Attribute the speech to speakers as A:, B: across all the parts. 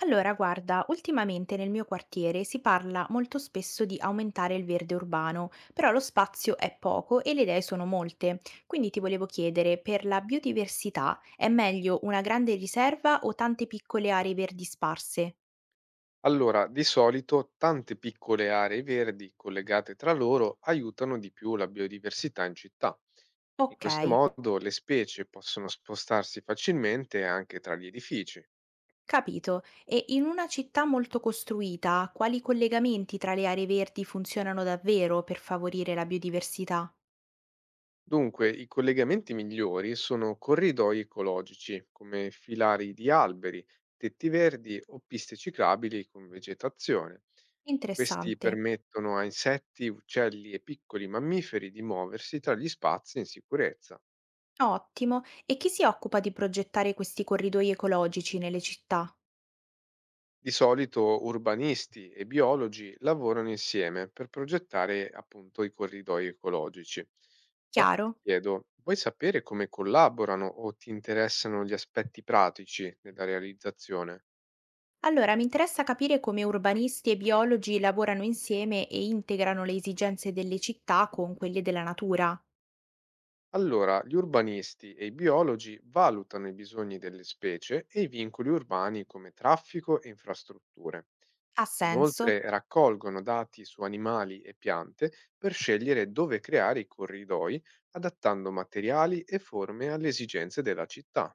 A: Allora, guarda, ultimamente nel mio quartiere si parla molto spesso di aumentare il verde urbano, però lo spazio è poco e le idee sono molte. Quindi ti volevo chiedere, per la biodiversità è meglio una grande riserva o tante piccole aree verdi sparse?
B: Allora, di solito tante piccole aree verdi collegate tra loro aiutano di più la biodiversità in città. In
A: Ok,
B: questo modo le specie possono spostarsi facilmente anche tra gli edifici.
A: capito. E in una città molto costruita, quali collegamenti tra le aree verdi funzionano davvero per favorire la biodiversità?
B: Dunque, i collegamenti migliori sono corridoi ecologici, come filari di alberi, tetti verdi o piste ciclabili con vegetazione. Questi
A: Interessante.
B: permettono a insetti, uccelli e piccoli mammiferi di muoversi tra gli spazi in sicurezza.
A: Ottimo. E chi si occupa di progettare questi corridoi ecologici nelle città?
B: Di solito urbanisti e biologi lavorano insieme per progettare appunto i corridoi ecologici. Ma ti
A: Chiaro?
B: chiedo, vuoi sapere come collaborano o ti interessano gli aspetti pratici della realizzazione?
A: Allora, mi interessa capire come urbanisti e biologi lavorano insieme e integrano le esigenze delle città con quelle della natura.
B: Allora, gli urbanisti e i biologi valutano i bisogni delle specie e i vincoli urbani come traffico e infrastrutture.
A: Ha
B: Inoltre
A: senso?
B: raccolgono dati su animali e piante per scegliere dove creare i corridoi, adattando materiali e forme alle esigenze della città.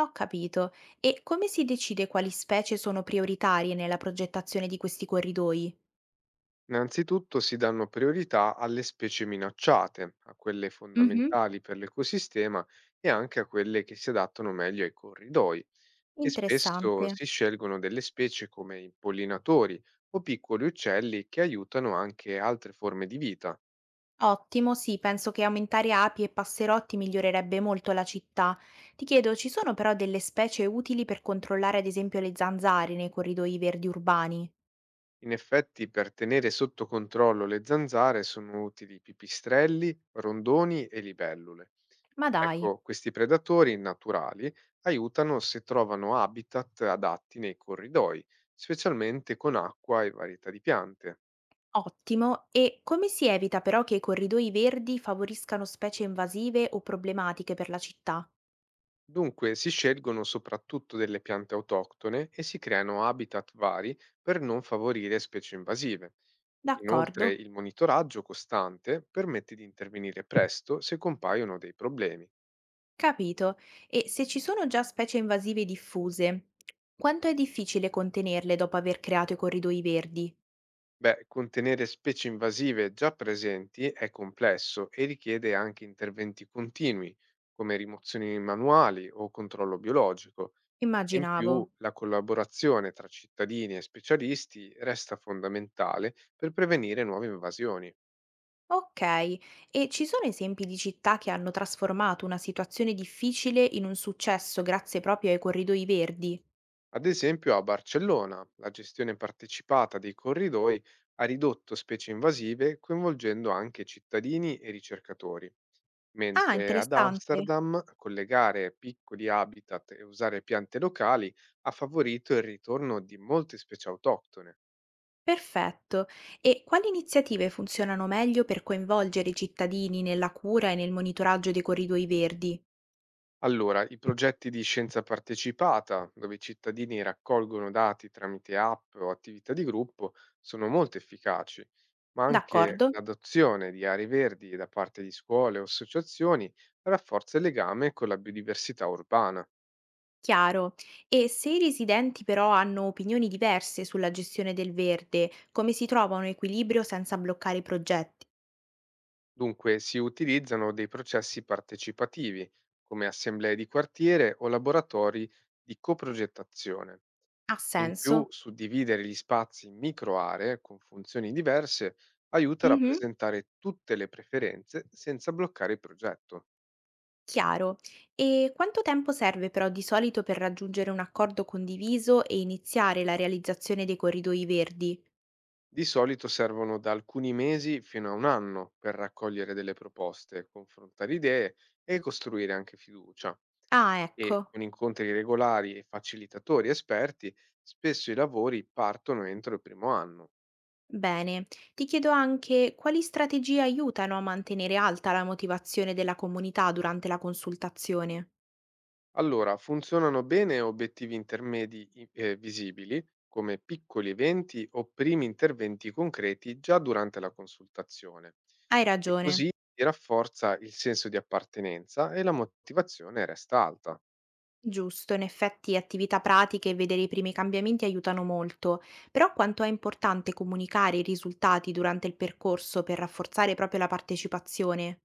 A: Ho capito. E come si decide quali specie sono prioritarie nella progettazione di questi corridoi?
B: Innanzitutto si danno priorità alle specie minacciate, a quelle
A: Mhm.
B: fondamentali per l'ecosistema e anche a quelle che si adattano meglio ai corridoi. E spesso
A: Interessante.
B: si scelgono delle specie come i pollinatori o piccoli uccelli che aiutano anche altre forme di vita.
A: Ottimo, sì, penso che aumentare api e passerotti migliorerebbe molto la città. Ti chiedo, ci sono però delle specie utili per controllare ad esempio le zanzare nei corridoi verdi urbani?
B: In effetti, per tenere sotto controllo le zanzare sono utili pipistrelli, rondoni e libellule.
A: Ma dai.
B: Ecco, questi predatori naturali aiutano se trovano habitat adatti nei corridoi, specialmente con acqua e varietà di piante.
A: Ottimo, e come si evita però che i corridoi verdi favoriscano specie invasive o problematiche per la città?
B: Dunque, si scelgono soprattutto delle piante autoctone e si creano habitat vari per non favorire specie invasive.
A: D'accordo,
B: Inoltre, il monitoraggio costante permette di intervenire presto se compaiono dei problemi.
A: capito. E se ci sono già specie invasive diffuse, quanto è difficile contenerle dopo aver creato i corridoi verdi?
B: Beh, contenere specie invasive già presenti è complesso e richiede anche interventi continui, come rimozioni manuali o controllo biologico. In
A: Immaginavo.
B: più, la collaborazione tra cittadini e specialisti resta fondamentale per prevenire nuove invasioni.
A: Ok, e ci sono esempi di città che hanno trasformato una situazione difficile in un successo grazie proprio ai corridoi verdi?
B: Ad esempio, a Barcellona, la gestione partecipata dei corridoi ha ridotto specie invasive coinvolgendo anche cittadini e ricercatori.
A: Ah,
B: Mentre ad
A: interessante.
B: Amsterdam collegare piccoli habitat e usare piante locali ha favorito il ritorno di molte specie autoctone.
A: Perfetto. E quali iniziative funzionano meglio per coinvolgere i cittadini nella cura e nel monitoraggio dei corridoi verdi?
B: Allora, i progetti di scienza partecipata, dove i cittadini raccolgono dati tramite app o attività di gruppo, sono molto efficaci, ma anche
A: D'accordo,
B: l'adozione di aree verdi da parte di scuole o associazioni rafforza il legame con la biodiversità urbana.
A: chiaro. E se i residenti però hanno opinioni diverse sulla gestione del verde, come si trova un equilibrio senza bloccare i progetti?
B: Dunque, si utilizzano dei processi partecipativi, come assemblee di quartiere o laboratori di coprogettazione.
A: Ha
B: In più,
A: senso?
B: suddividere gli spazi in microaree con funzioni diverse aiuta a
A: Mhm.
B: rappresentare tutte le preferenze senza bloccare il progetto.
A: Chiaro. E quanto tempo serve però di solito per raggiungere un accordo condiviso e iniziare la realizzazione dei corridoi verdi?
B: Di solito servono da alcuni mesi fino a un anno per raccogliere delle proposte, confrontare idee e costruire anche fiducia.
A: Ah,
B: E
A: ecco.
B: con incontri regolari e facilitatori esperti, spesso i lavori partono entro il primo anno.
A: Bene. Ti chiedo anche quali strategie aiutano a mantenere alta la motivazione della comunità durante la consultazione.
B: Allora, funzionano bene obiettivi intermedi visibili, come piccoli eventi o primi interventi concreti già durante la consultazione.
A: Hai
B: E
A: ragione.
B: così si rafforza il senso di appartenenza e la motivazione resta alta.
A: Giusto, in effetti attività pratiche e vedere i primi cambiamenti aiutano molto, però quanto è importante comunicare i risultati durante il percorso per rafforzare proprio la partecipazione?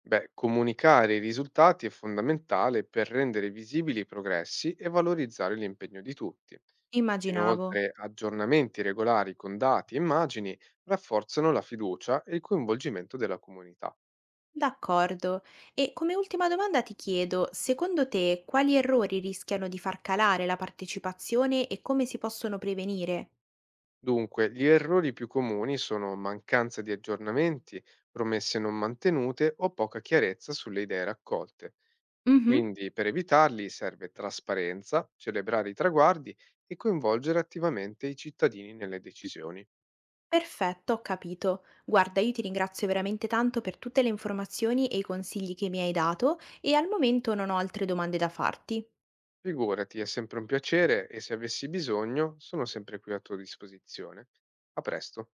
B: Beh, comunicare i risultati è fondamentale per rendere visibili i progressi e valorizzare l'impegno di tutti.
A: Immaginavo.
B: Inoltre, aggiornamenti regolari con dati e immagini rafforzano la fiducia e il coinvolgimento della comunità.
A: D'accordo. E come ultima domanda ti chiedo, secondo te quali errori rischiano di far calare la partecipazione e come si possono prevenire?
B: Dunque, gli errori più comuni sono mancanza di aggiornamenti, promesse non mantenute o poca chiarezza sulle idee raccolte.
A: Mhm.
B: Quindi, per evitarli serve trasparenza, celebrare i traguardi e coinvolgere attivamente i cittadini nelle decisioni.
A: Perfetto, ho capito. Guarda, io ti ringrazio veramente tanto per tutte le informazioni e i consigli che mi hai dato e al momento non ho altre domande da farti.
B: Figurati, è sempre un piacere e se avessi bisogno sono sempre qui a tua disposizione. A presto.